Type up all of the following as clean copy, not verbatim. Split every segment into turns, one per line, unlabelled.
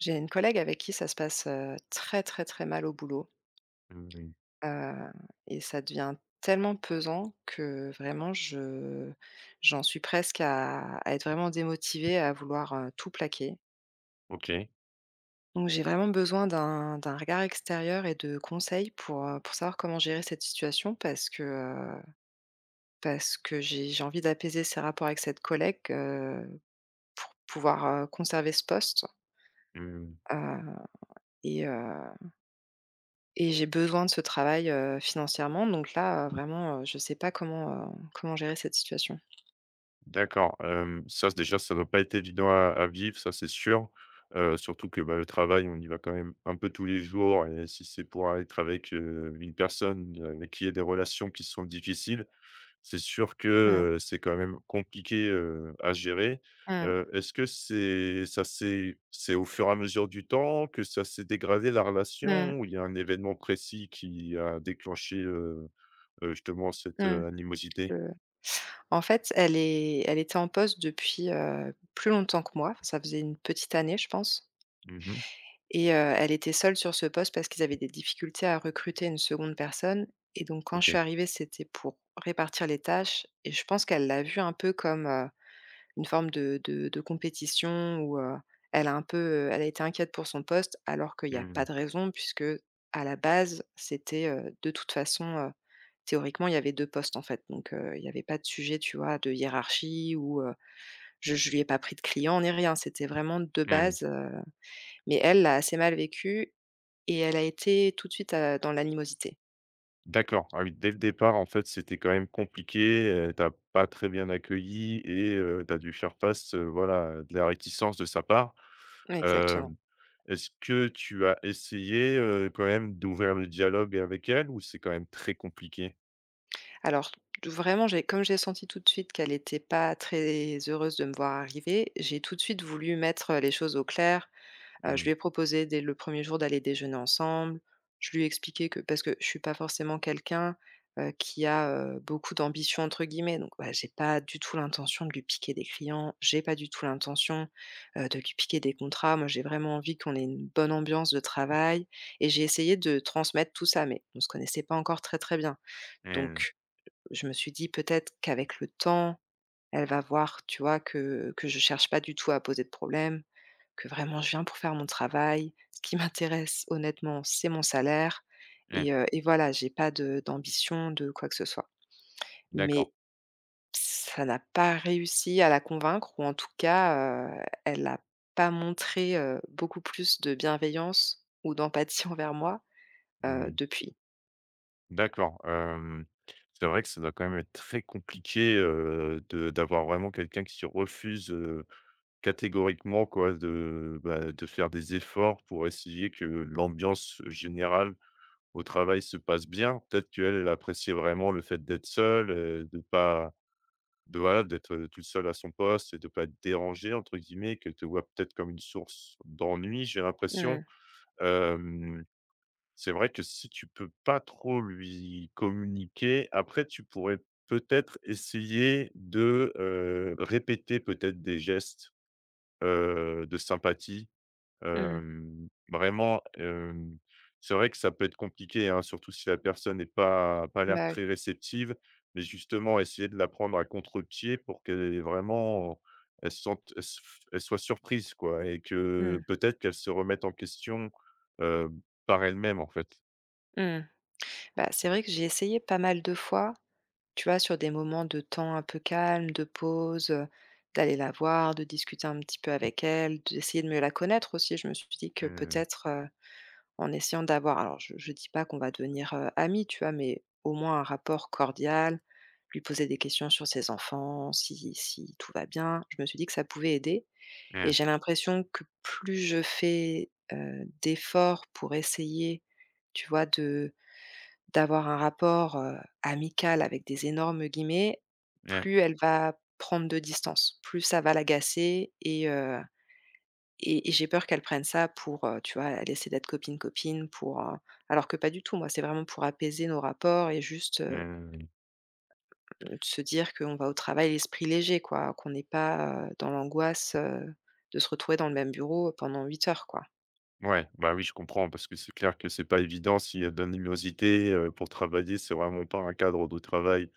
J'ai une collègue avec qui ça se passe, très, très, très mal au boulot,
Mmh,
heu et ça devient tellement pesant que vraiment je j'en suis presque à être vraiment démotivée, à vouloir, tout plaquer.
OK.
Donc j'ai vraiment besoin d'un regard extérieur et de conseils pour savoir comment gérer cette situation parce que j'ai envie d'apaiser ces rapports avec cette collègue, pour pouvoir, conserver ce poste,
Mmh,
heu et heu Et j'ai besoin de ce travail, financièrement, donc là, vraiment, je ne sais pas comment, comment gérer cette situation.
d'accord, ça c déjà, ça doit pas être évident à vivre, ça, c'est sûr. Surtout que, bah, le travail, on y va quand même un peu tous les jours et si c'est pour être avec, une personne, avec qui il y a des relations qui sont difficiles, c'est sûr que,
Mmh,
c'est quand même compliqué, à gérer.
mmh,
Est-ce que c'est ça c'est au fur et à mesure du temps que ça s'est dégradé la
mmh,
relation ou il y a un événement précis qui a déclenché, justement cette,
mmh.
animosité?
Le En fait, elle était en poste depuis, plus longtemps que moi. Ça faisait une petite année, je pense,
Mmh.
et elle était seule sur ce poste parce qu'ils avaient des difficultés à recruter une seconde personne, et donc quand je suis
OK.
arrivée, c'était pour répartir les tâches, et je pense qu'elle l'a vu un peu comme une forme de compétition où, elle a un peu, elle a été inquiète pour son poste alors qu'il y a
Mmh
pas
mh.
de raison puisque, à la base, c'était, de toute façon, théoriquement, il y avait 2 postes, en fait, donc il y avait pas de sujet, tu vois, de hiérarchie ou, je lui ai pas pris de clients ni rien. C'était vraiment de
Mmh.
base, mais elle l'a assez mal vécu et elle a été tout de suite, dans l'animosité.
D'accord. Ah oui, dès le départ, en fait, c'était quand même compliqué, tu pas très bien accueilli et tu dû faire face, voilà, à de la réticence de sa part.
Exactement.
Hem, est-ce que tu as essayé, quand même d'ouvrir le dialogue avec elle ou c'est quand même très compliqué?
Alors, d vraiment, j'ai senti tout de suite qu'elle était pas très heureuse de me voir arriver, j'ai tout de suite voulu mettre les choses au clair. Je lui
Mmh.
ai proposé dès le premier jour d'aller déjeuner ensemble. Je lui ai expliqué que parce que je suis pas forcément quelqu'un, qui a, «beaucoup d'ambition» entre guillemets, donc voilà, j'ai pas du tout l'intention de lui piquer des clients, j'ai pas du tout l'intention, de lui piquer des contrats. Moi, j'ai vraiment envie qu'on ait une bonne ambiance de travail, et j'ai essayé de transmettre tout ça, mais on se connaissait pas encore très, très bien.
Mmh.
Donc je me suis dit peut-être qu'avec le temps, elle va voir, tu vois, que je cherche pas du tout à poser de problème, que vraiment je viens pour faire mon travail. Ce qui m'intéresse honnêtement, c'est mon salaire
Mmh.
et voilà, j'ai pas de d'ambition de quoi que ce soit.
D'accord.
Mais ça n'a pas réussi à la convaincre, ou en tout cas, elle n'a pas montré, beaucoup plus de bienveillance ou d'empathie envers moi,
Mmh.
depuis.
D'accord. C'est vrai que ça doit quand même être très compliqué, de d'avoir vraiment quelqu'un qui se refuse, catégoriquement quoi, de, bah, de faire des efforts pour essayer que l'ambiance générale au travail se passe bien. Peut-être qu'elle, elle appréciait vraiment le fait d'être seule, de pas de voilà, d'être, toute seule à son poste et de pas être «dérangée» entre guillemets, qu'elle te voit peut-être comme une source d'ennui, j'ai l'impression.
Mmh,
Hem, c'est vrai que si tu peux pas trop lui communiquer, après tu pourrais peut-être essayer de, répéter peut-être des gestes, de sympathie.
mmh.
Vraiment, c'est vrai que ça peut être compliqué, hein, surtout si la personne n'est pas l'air
Bah oui.
très réceptive, mais justement essayer de la prendre à contre-pied pour qu'elle ait vraiment elle se sente elle se elle soit surprise, quoi et que
Mmh,
peut-être qu'elle se remette en question, heu, par elle-même, en fait.
mmh. Bah, c'est vrai que j'ai essayé pas mal de fois. Tu vois, sur des moments de temps un peu calme, de pause, d'aller la voir, de discuter un petit peu avec elle, d'essayer de mieux la connaître aussi. Je me suis dit que
Mmh mh.
peut-être, en essayant d'avoir. Alors, je dis pas qu'on va devenir, amis, tu vois? Mais au moins un rapport cordial, lui poser des questions sur ses enfants, si tout va bien. Je me suis dit que ça pouvait aider, et
Mmh.
j'ai l'impression que plus je fais, d'efforts pour essayer, tu vois, de d'avoir un rapport, amical avec des énormes guillemets,
Mmh.
plus elle va prendre de distance, plus ça va l'agacer et j'ai peur qu'elle prenne ça pour, tu vois, elle essaie d'être copine copine pour, alors que pas du tout. Moi, c'est vraiment pour apaiser nos rapports et juste,
Mmh.
de se dire qu'on va au travail l'esprit léger, quoi, qu'on n'est pas, dans l'angoisse, de se retrouver dans le même bureau pendant 8 heures, quoi.
Ouais, bah oui, je comprends parce que c'est clair que c'est pas évident s'il y a de l'animosité, pour travailler, c'est vraiment pas un cadre de travail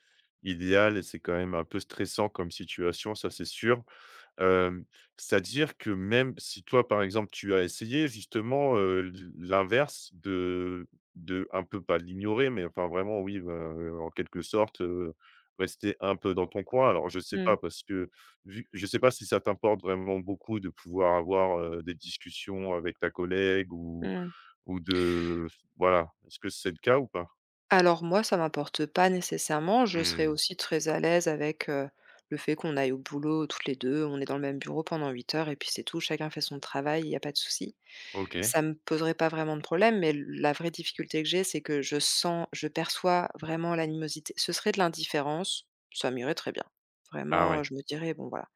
idéal et c'est quand même un peu stressant comme situation, ça, c'est sûr. Hem, c'est-à-dire que même si toi, par exemple, tu as essayé justement, l l'inverse de un peu pas l'ignorer, mais enfin vraiment oui, en quelque sorte, rester un peu dans ton coin. Alors je sais
Mmh.
pas parce que vu je sais pas si ça t'importe vraiment beaucoup de pouvoir avoir, des discussions avec ta collègue
Mmh.
ou de voilà. Est-ce que c'est le cas ou pas?
Alors moi, ça m'importe pas nécessairement. Je serais
Mmh.
aussi très à l'aise avec, le fait qu'on aille au boulot toutes les 2. On est dans le même bureau pendant 8 heures et puis c'est tout, chacun fait son travail, il n'y a pas de souci.
OK.
Ça me poserait pas vraiment de problème, mais l la vraie difficulté que j'ai, c'est que je sens, je perçois vraiment l'animosité. Ce serait de l'indifférence, ça m'irait très bien.
Ah
Vraiment,
ouais.
je me dirais: «Bon voilà».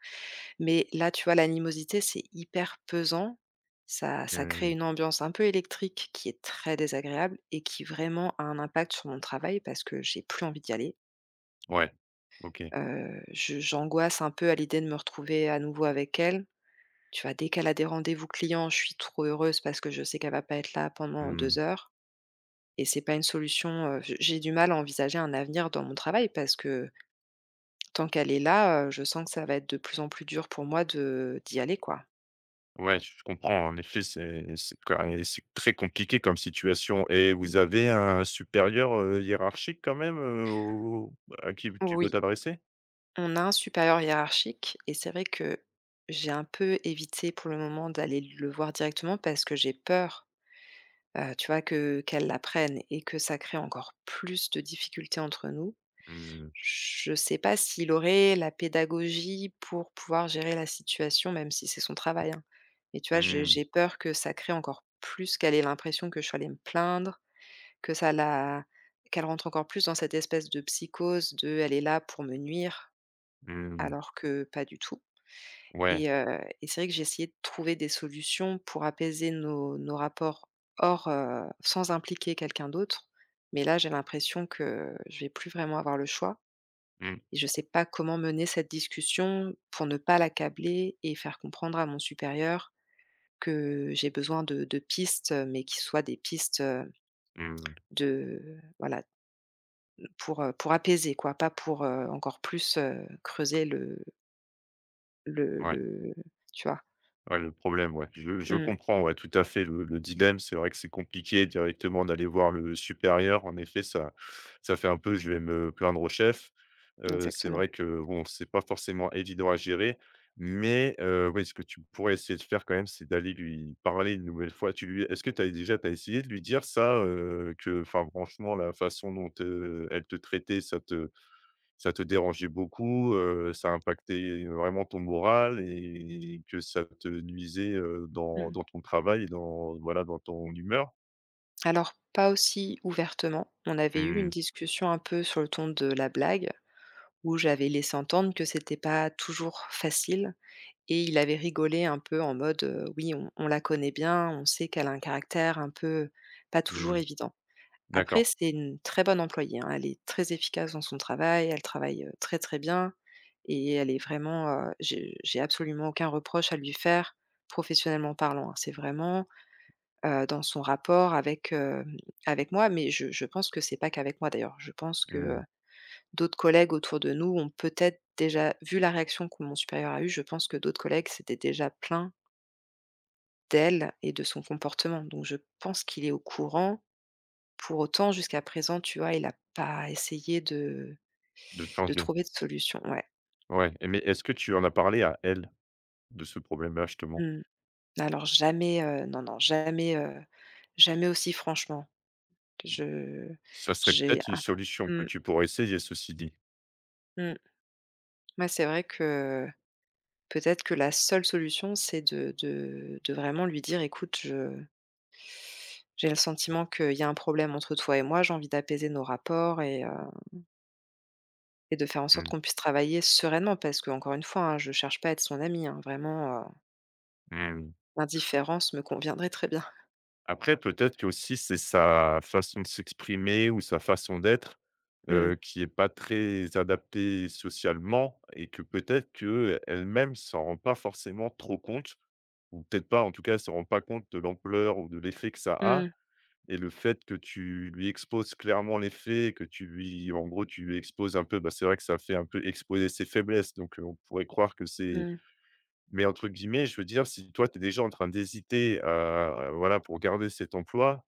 Mais là, tu vois, l'animosité, c'est hyper pesant. Ça crée
Mmh.
une ambiance un peu électrique qui est très désagréable et qui vraiment a un impact sur mon travail parce que j'ai plus envie d'y aller.
Ouais. OK.
Je j'angoisse un peu à l'idée de me retrouver à nouveau avec elle. Tu vois, dès qu'elle a des rendez-vous clients, je suis trop heureuse parce que je sais qu'elle va pas être là pendant
Mmh.
2 heures, et c'est pas une solution, j'ai du mal à envisager un avenir dans mon travail parce que tant qu'elle est là, je sens que ça va être de plus en plus dur pour moi de d'y aller, quoi.
Ouais, je comprends. En effet, c'est qua et c'est très compliqué comme situation et vous
Mmh.
avez un supérieur, hiérarchique quand même, au à qui tu
Oui.
peux t'adresser?
On a un supérieur hiérarchique et c'est vrai que j'ai un peu évité pour le moment d'aller le voir directement parce que j'ai peur, tu vois, que qu'elle l'apprenne et que ça crée encore plus de difficultés entre nous.
Mmh,
Je sais pas s'il aurait la pédagogie pour pouvoir gérer la situation, même si c'est son travail, hein. Mais tu vois, j'ai
mmh,
j'ai peur que ça crée encore plus, qu'elle ait l'impression que je suis allée me plaindre, que ça la qu'elle rentre encore plus dans cette espèce de psychose de: «Elle est là pour me nuire»,
mmh.
alors que pas du tout.
Ouais.
Et c'est vrai que j'ai essayé de trouver des solutions pour apaiser nos rapports, sans impliquer quelqu'un d'autre. Mais là, j'ai l'impression que je vais plus vraiment avoir le choix,
Mmh,
et je ne sais pas comment mener cette discussion pour ne pas l'accabler et faire comprendre à mon supérieur que j'ai besoin de pistes, mais qui soient des pistes,
mmh.
de voilà, pour apaiser, quoi, pas pour, encore plus, creuser
Ouais.
le tu vois?
Ouais, le problème, ouais. Je
Mmh,
comprends, ouais, tout à fait le dilemme. C'est vrai que c'est compliqué directement d'aller voir le supérieur. En effet, ça fait un peu: «Je vais me plaindre au chef». C'est
exactement.
vrai que, bon, c'est pas forcément évident à gérer, mais oui, ce que tu pourrais essayer de faire quand même, c'est d'aller lui parler une nouvelle fois. Tu lui Est-ce que tu as déjà t'as essayé de lui dire ça, que, enfin, franchement, la façon dont, elle te traitait, ça te dérangeait beaucoup, ça impactait vraiment ton moral et que ça te nuisait, heu, dans
Mmh.
dans ton travail et dans voilà, dans ton humeur?
Alors, pas aussi ouvertement. On avait eu une
Mmh,
discussion un peu sur le ton de la blague, où j'avais laissé entendre que c'était pas toujours facile, et il avait rigolé un peu en mode: «Oui, on la connaît bien, on sait qu'elle a un caractère un peu pas toujours
mmh,
évident». Après,
d'accord,
c'est une très bonne employée, hein. Elle est très efficace dans son travail, elle travaille, très, très bien, et elle est vraiment, j'ai absolument aucun reproche à lui faire, professionnellement parlant, hein. C'est vraiment dans son rapport avec, avec moi, mais je pense que c'est pas qu'avec moi d'ailleurs. Je pense que,
mmh,
d'autres collègues autour de nous ont peut-être déjà vu la réaction que mon supérieur a eue, je pense que d'autres collègues s'étaient déjà plaints d'elle et de son comportement, donc je pense qu'il est au courant. Pour autant, jusqu'à présent, tu vois, il a pas essayé de
de
de
changer.
trouver de solution. Ouais.
Ouais et mais est-ce que tu en as parlé à elle, de ce problème-là, justement?
Mmh. Alors jamais, non, non, jamais, jamais aussi franchement. Je
Ça serait
j'ai
peut-être une
ah.
solution que
Mmh.
tu pourrais essayer, ceci dit.
Mmh. Ouais, c'est vrai que peut-être que la seule solution, c'est de vraiment lui dire: «Écoute, je» «j'ai le sentiment qu'il y a un problème entre toi et moi, j'ai envie d'apaiser nos rapports et de faire en sorte
Mmh,
qu'on puisse travailler sereinement» parce que encore une fois, hein, je cherche pas à être son amie, hein, vraiment,
mmh.
l'indifférence me conviendrait très bien.
Après, peut-être que aussi c'est sa façon de s'exprimer ou sa façon d'être,
Mmh.
qui est pas très adaptée socialement et que peut-être qu'elle-même s'en rend pas forcément trop compte ou peut-être pas, en tout cas, elle s'en rend pas compte de l'ampleur ou de l'effet que ça a
Mmh.
et le fait que tu lui exposes clairement les faits, que tu lui en gros, tu lui exposes un peu, bah, c'est vrai que ça fait un peu exposer ses faiblesses donc on pourrait croire que c'est
Mmh.
mais entre guillemets, je veux dire, si toi, tu es déjà en train d'hésiter à voilà, pour garder cet emploi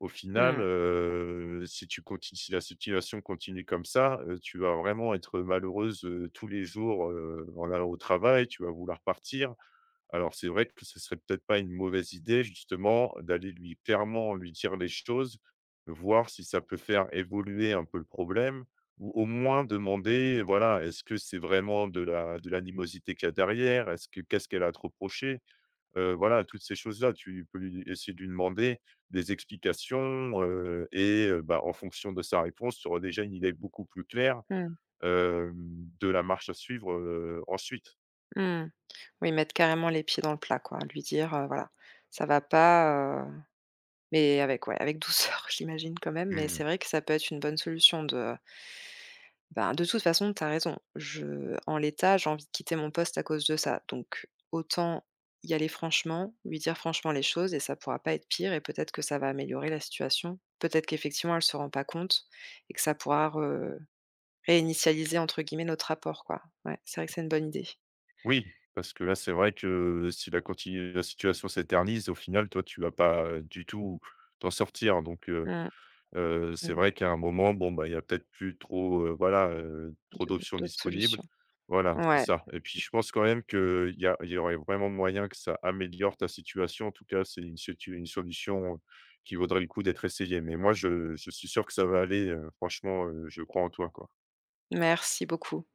au final,
Mmh.
si tu continues, si la situation continue comme ça, tu vas vraiment être malheureuse, tous les jours, en allant au travail, tu vas vouloir partir. Alors c'est vrai que ce serait peut-être pas une mauvaise idée justement d'aller lui clairement lui dire les choses, voir si ça peut faire évoluer un peu le problème ou au moins demander, voilà, est-ce que c'est vraiment de la de l'animosité qu'il y a derrière? Est-ce que qu'est-ce qu'elle a à te voilà, toutes ces choses-là, tu peux lui essayer de lui demander des explications, et bah, en fonction de sa réponse, tu auras déjà une idée beaucoup plus claire,
Mmh.
hem, de la marche à suivre, ensuite.
Mmh. Oui, mettre carrément les pieds dans le plat, quoi. Lui dire: «Voilà, ça va pas» Mais avec, ouais, avec douceur, j'imagine quand même, mais
Mmh.
c'est vrai que ça peut être une bonne solution de ben, de toute façon, t'as raison. Je en l'état, j'ai envie de quitter mon poste à cause de ça, donc autant y aller franchement, lui dire franchement les choses, et ça pourra pas être pire, et peut-être que ça va améliorer la situation. Peut-être qu'effectivement, elle se rend pas compte, et que ça pourra re «réinitialiser» entre guillemets notre rapport, quoi. Ouais, c'est vrai que c'est une bonne idée.
Oui, parce que là, c'est vrai que si la continue la situation s'éternise, au final, toi, tu vas pas, du tout t'en sortir donc
Mmh,
C'est
mmh,
vrai qu'à un moment, bon, bah, il y a peut-être plus trop, voilà, trop
de
d'options
d'autres solutions.
disponibles. Voilà, c'est
Ouais,
ça et puis je pense quand même qu'il y aurait vraiment moyen que ça améliore ta situation. En tout cas, c'est une situ une solution qui vaudrait le coup d'être essayée mais moi je suis sûr que ça va aller, franchement, je crois en toi, quoi.
merci beaucoup.